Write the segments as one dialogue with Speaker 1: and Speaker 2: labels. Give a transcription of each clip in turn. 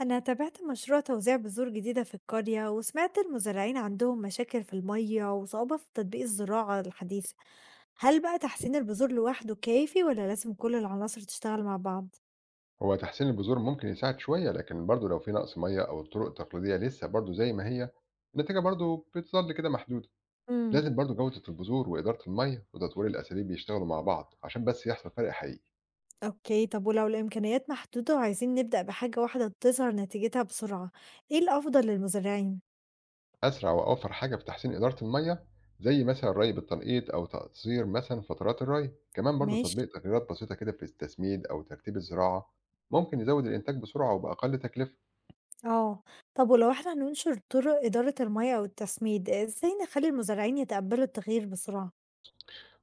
Speaker 1: أنا تابعت مشروع توزيع بذور جديدة في القرية وسمعت المزارعين عندهم مشاكل في المية وصعوبة في تطبيق الزراعة الحديثة. هل بقى تحسين البذور لوحده كافي ولا لازم كل العناصر تشتغل مع بعض؟
Speaker 2: هو تحسين البذور ممكن يساعد شوية، لكن برضه لو في نقص مية أو الطرق التقليدية لسه برضه زي ما هي، النتيجة برضه بتظل كده محدودة.
Speaker 1: امم
Speaker 2: لازم برضه جودة البذور وإدارة المية وتطوير الأساليب يشتغلوا مع بعض عشان بس يحصل فرق حقيقي.
Speaker 1: اوكي، طب ولو الإمكانيات محدودة وعايزين نبدأ بحاجة واحدة تظهر نتيجتها بسرعة، ايه الأفضل للمزارعين؟
Speaker 2: أسرع وأوفر حاجة في تحسين إدارة المية، زي مثلا الري بالتنقيط أو تقصير مثلا فترات الري، كمان برضه
Speaker 1: ماشي.
Speaker 2: تطبيق تغييرات بسيطة كده في التسميد أو ترتيب الزراعة ممكن يزود الإنتاج بسرعة وبأقل تكلفة.
Speaker 1: اه، طب ولو احنا هننشر طرق إدارة المية أو التسميد، ازاي نخلي المزارعين يتقبلوا التغيير بسرعة؟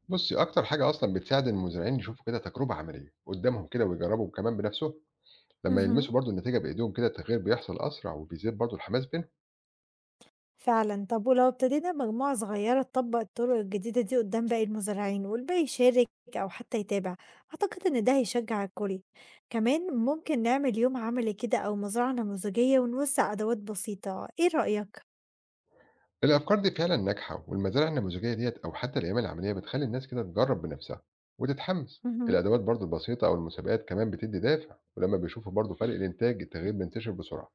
Speaker 2: بصي، أكتر حاجة أصلا بتساعد المزارعين يشوفوا كده تجربة عملية قدامهم كده ويجربوا كمان بنفسهم. لما
Speaker 1: مهم.
Speaker 2: يلمسوا برضو النتيجة بإيديهم كده، التغيير بيحصل أسرع وبيزيد برضو الحماس بينهم.
Speaker 1: فعلًا، طب ولو ابتدينا بمجموعة صغيرة تطبق الطرق الجديدة دي قدام باقي المزارعين والباقي يشارك أو حتى يتابع، أعتقد إن ده هيشجع الكل، كمان ممكن نعمل يوم عملي كده أو مزرعة نموذجية ونوزع أدوات بسيطة، إيه رأيك؟
Speaker 2: الأفكار دي فعلا ناجحة، والمزارع النموذجية ديت أو حتى الأيام العملية بتخلي الناس كده تجرب بنفسها وتتحمس.
Speaker 1: مهم.
Speaker 2: الأدوات برضو البسيطة أو المسابقات كمان بتدي دافع، ولما بيشوفوا برضو فرق الإنتاج التغيير بينتشر بسرعة.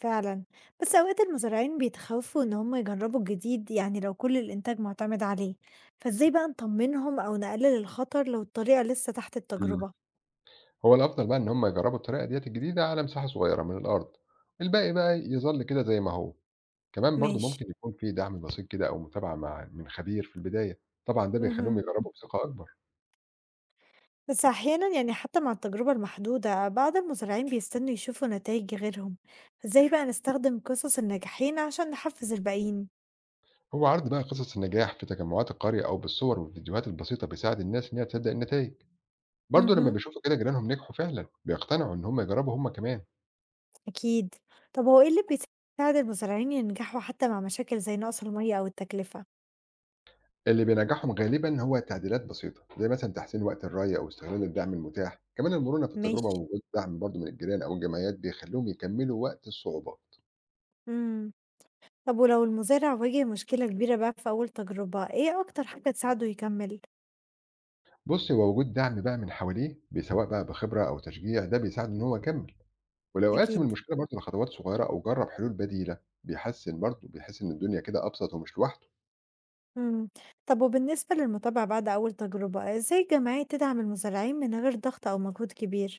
Speaker 1: فعلًا، بس أوقات المزارعين بيتخوفوا إن هم يجربوا الجديد، يعني لو كل الإنتاج معتمد عليه، فإزاي بقى نطمنهم أو نقلل الخطر لو الطريقة لسه تحت
Speaker 2: مم.
Speaker 1: التجربة؟
Speaker 2: هو الأفضل بقى إن هم يجربوا الطريقة ديت الجديدة على مساحة صغيرة من الأرض، الباقي بقى يظل كده زي ما هو. كمان برضو
Speaker 1: ماشي.
Speaker 2: ممكن يكون في دعم بسيط كده أو متابعة مع من خبير في البداية. طبعا ده بيخليهم
Speaker 1: مهم.
Speaker 2: يجربوا بثقة أكبر.
Speaker 1: بس أحيانا يعني حتى مع التجربة المحدودة بعض المزارعين بيستنوا يشوفوا نتائج غيرهم، ازاي بقى نستخدم قصص الناجحين عشان نحفز الباقيين؟
Speaker 2: هو عرض بقى قصص النجاح في تجمعات القرية أو بالصور والفيديوهات البسيطة بيساعد الناس إنها تصدق النتائج. برضه لما
Speaker 1: مهم.
Speaker 2: بيشوفوا كده جيرانهم نجحوا فعلا، بيقتنعوا إن هم يجربوا هم كمان.
Speaker 1: أكيد. طب هو ايه اللي بيساعد المزارعين ينجحوا حتى مع مشاكل زي نقص المية أو التكلفة؟
Speaker 2: اللي بينجحهم غالبا هو تعديلات بسيطة، زي مثلا تحسين وقت الري أو استغلال الدعم المتاح، كمان المرونة في التجربة
Speaker 1: ماشي.
Speaker 2: ووجود دعم برضه من الجيران أو الجمعيات بيخليهم يكملوا وقت الصعوبات.
Speaker 1: مم. طب ولو المزارع واجه مشكلة كبيرة بقى في أول تجربة، ايه أكتر حاجة تساعده يكمل؟
Speaker 2: بص، هو وجود دعم بقى من حواليه سواء بقى بخبرة أو تشجيع، ده بيساعد إن هو يكمل. ولو قاسم
Speaker 1: أكيد.
Speaker 2: المشكلة برضه لخطوات صغيرة أو جرب حلول بديلة، بيحسن برضه، بيحس إن الدنيا كده أبسط ومش لوحده.
Speaker 1: مم. طب وبالنسبة للمتابعة بعد أول تجربة، ازاي الجمعية تدعم المزارعين من غير ضغط أو مجهود كبير؟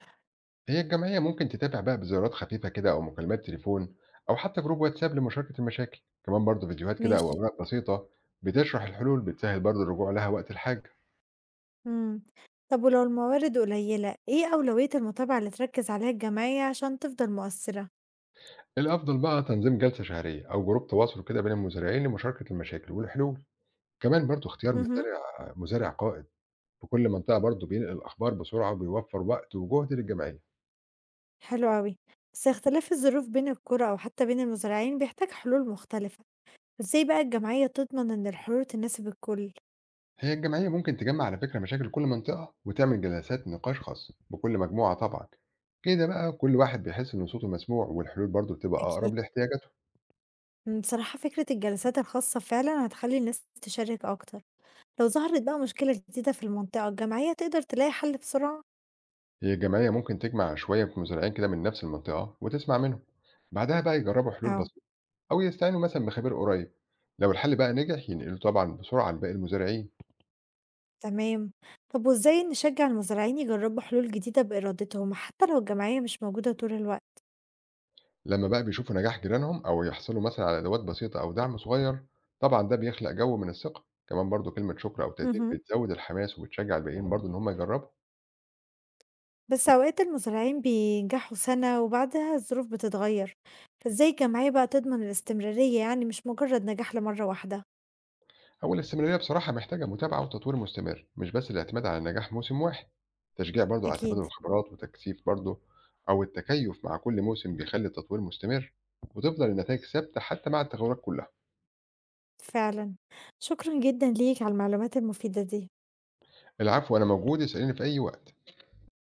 Speaker 2: هي الجمعية ممكن تتابع بقى بزيارات خفيفة كده أو مكالمات تليفون، أو حتى جروب واتساب لمشاركة المشاكل، كمان برضه فيديوهات كده أو
Speaker 1: ماشي.
Speaker 2: أوراق بسيطة بتشرح الحلول، بتسهل برضه الرجوع لها وقت الحاجة.
Speaker 1: إمم. طب ولو الموارد قليلة، إيه أولوية المتابعة اللي تركّز عليها الجمعية عشان تفضل مؤثّرة؟
Speaker 2: الأفضل بقى تنظيم جلسة شهرية أو جروب تواصل كده بين المزارعين لمشاركة المشاكل والحلول، كمان برضه اختيار مم.
Speaker 1: اهم،
Speaker 2: مزارع مزارع قائد في كل منطقة برضه بينقل الأخبار بسرعة وبيوفر وقت وجهد للجمعية.
Speaker 1: حلو أوي. بس اختلاف الظروف بين القرى أو حتى بين المزارعين بيحتاج حلول مختلفة، إزاي بقى الجمعية تضمن إن الحلول تناسب الكل؟
Speaker 2: هي الجمعية ممكن تجمع على فكرة مشاكل كل منطقة وتعمل جلسات نقاش خاصة بكل مجموعة، طبعا كده بقى كل واحد بيحس إن صوته مسموع، والحلول برضه بتبقى
Speaker 1: أكيد.
Speaker 2: أقرب لاحتياجاته.
Speaker 1: إمم، بصراحة فكرة الجلسات الخاصة فعلًا هتخلّي الناس تشارك أكتر. لو ظهرت بقى مشكلة جديدة في المنطقة، الجمعية تقدر تلاقي حل بسرعة؟
Speaker 2: هي الجمعية ممكن تجمع شوية مزارعين كده من نفس المنطقة وتسمع منهم، بعدها بقى يجربوا حلول
Speaker 1: آه.
Speaker 2: بسيطة أو يستعينوا مثلا بخبير قريب. لو الحل بقى نجح، ينقلوا طبعا بسرعة لباقي المزارعين.
Speaker 1: تمام. طب وإزاي نشجّع المزارعين يجرّبوا حلول جديدة بإرادتهم حتى لو الجمعية مش موجودة طول الوقت؟
Speaker 2: لما بقى بيشوفوا نجاح جيرانهم أو يحصلوا مثلا على أدوات بسيطة أو دعم صغير، طبعا ده بيخلق جو من الثقة، كمان برضه كلمة شكر أو تقدير
Speaker 1: اهم.
Speaker 2: بتزود الحماس وبتشجع الباقيين برضه إن هم يجربوا.
Speaker 1: بس أوقات المزارعين بينجحوا سَنة وبعدها الظروف بتتغيّر، فإزاي الجمعية بقى تضمن الاستمرارية، يعني مش مجرّد نجاح لمَرّة واحدة؟
Speaker 2: هو الاستمرارية بصراحة محتاجة متابعة وتطوير مستمر، مش بس الاعتماد على نجاح موسم واحد. تشجيع برضو على تبادل
Speaker 1: أكيد،
Speaker 2: الخبرات وتكثيف برضو أو التكيف مع كل موسم بيخلي التطوير مستمر، وتفضل النتائج ثابتة حتى مع التغيرات كلها.
Speaker 1: فعلًا. شكرًا جدًا ليك على المعلومات المفيدة دي.
Speaker 2: العفو، أنا موجود، اسأليني في أي وقت.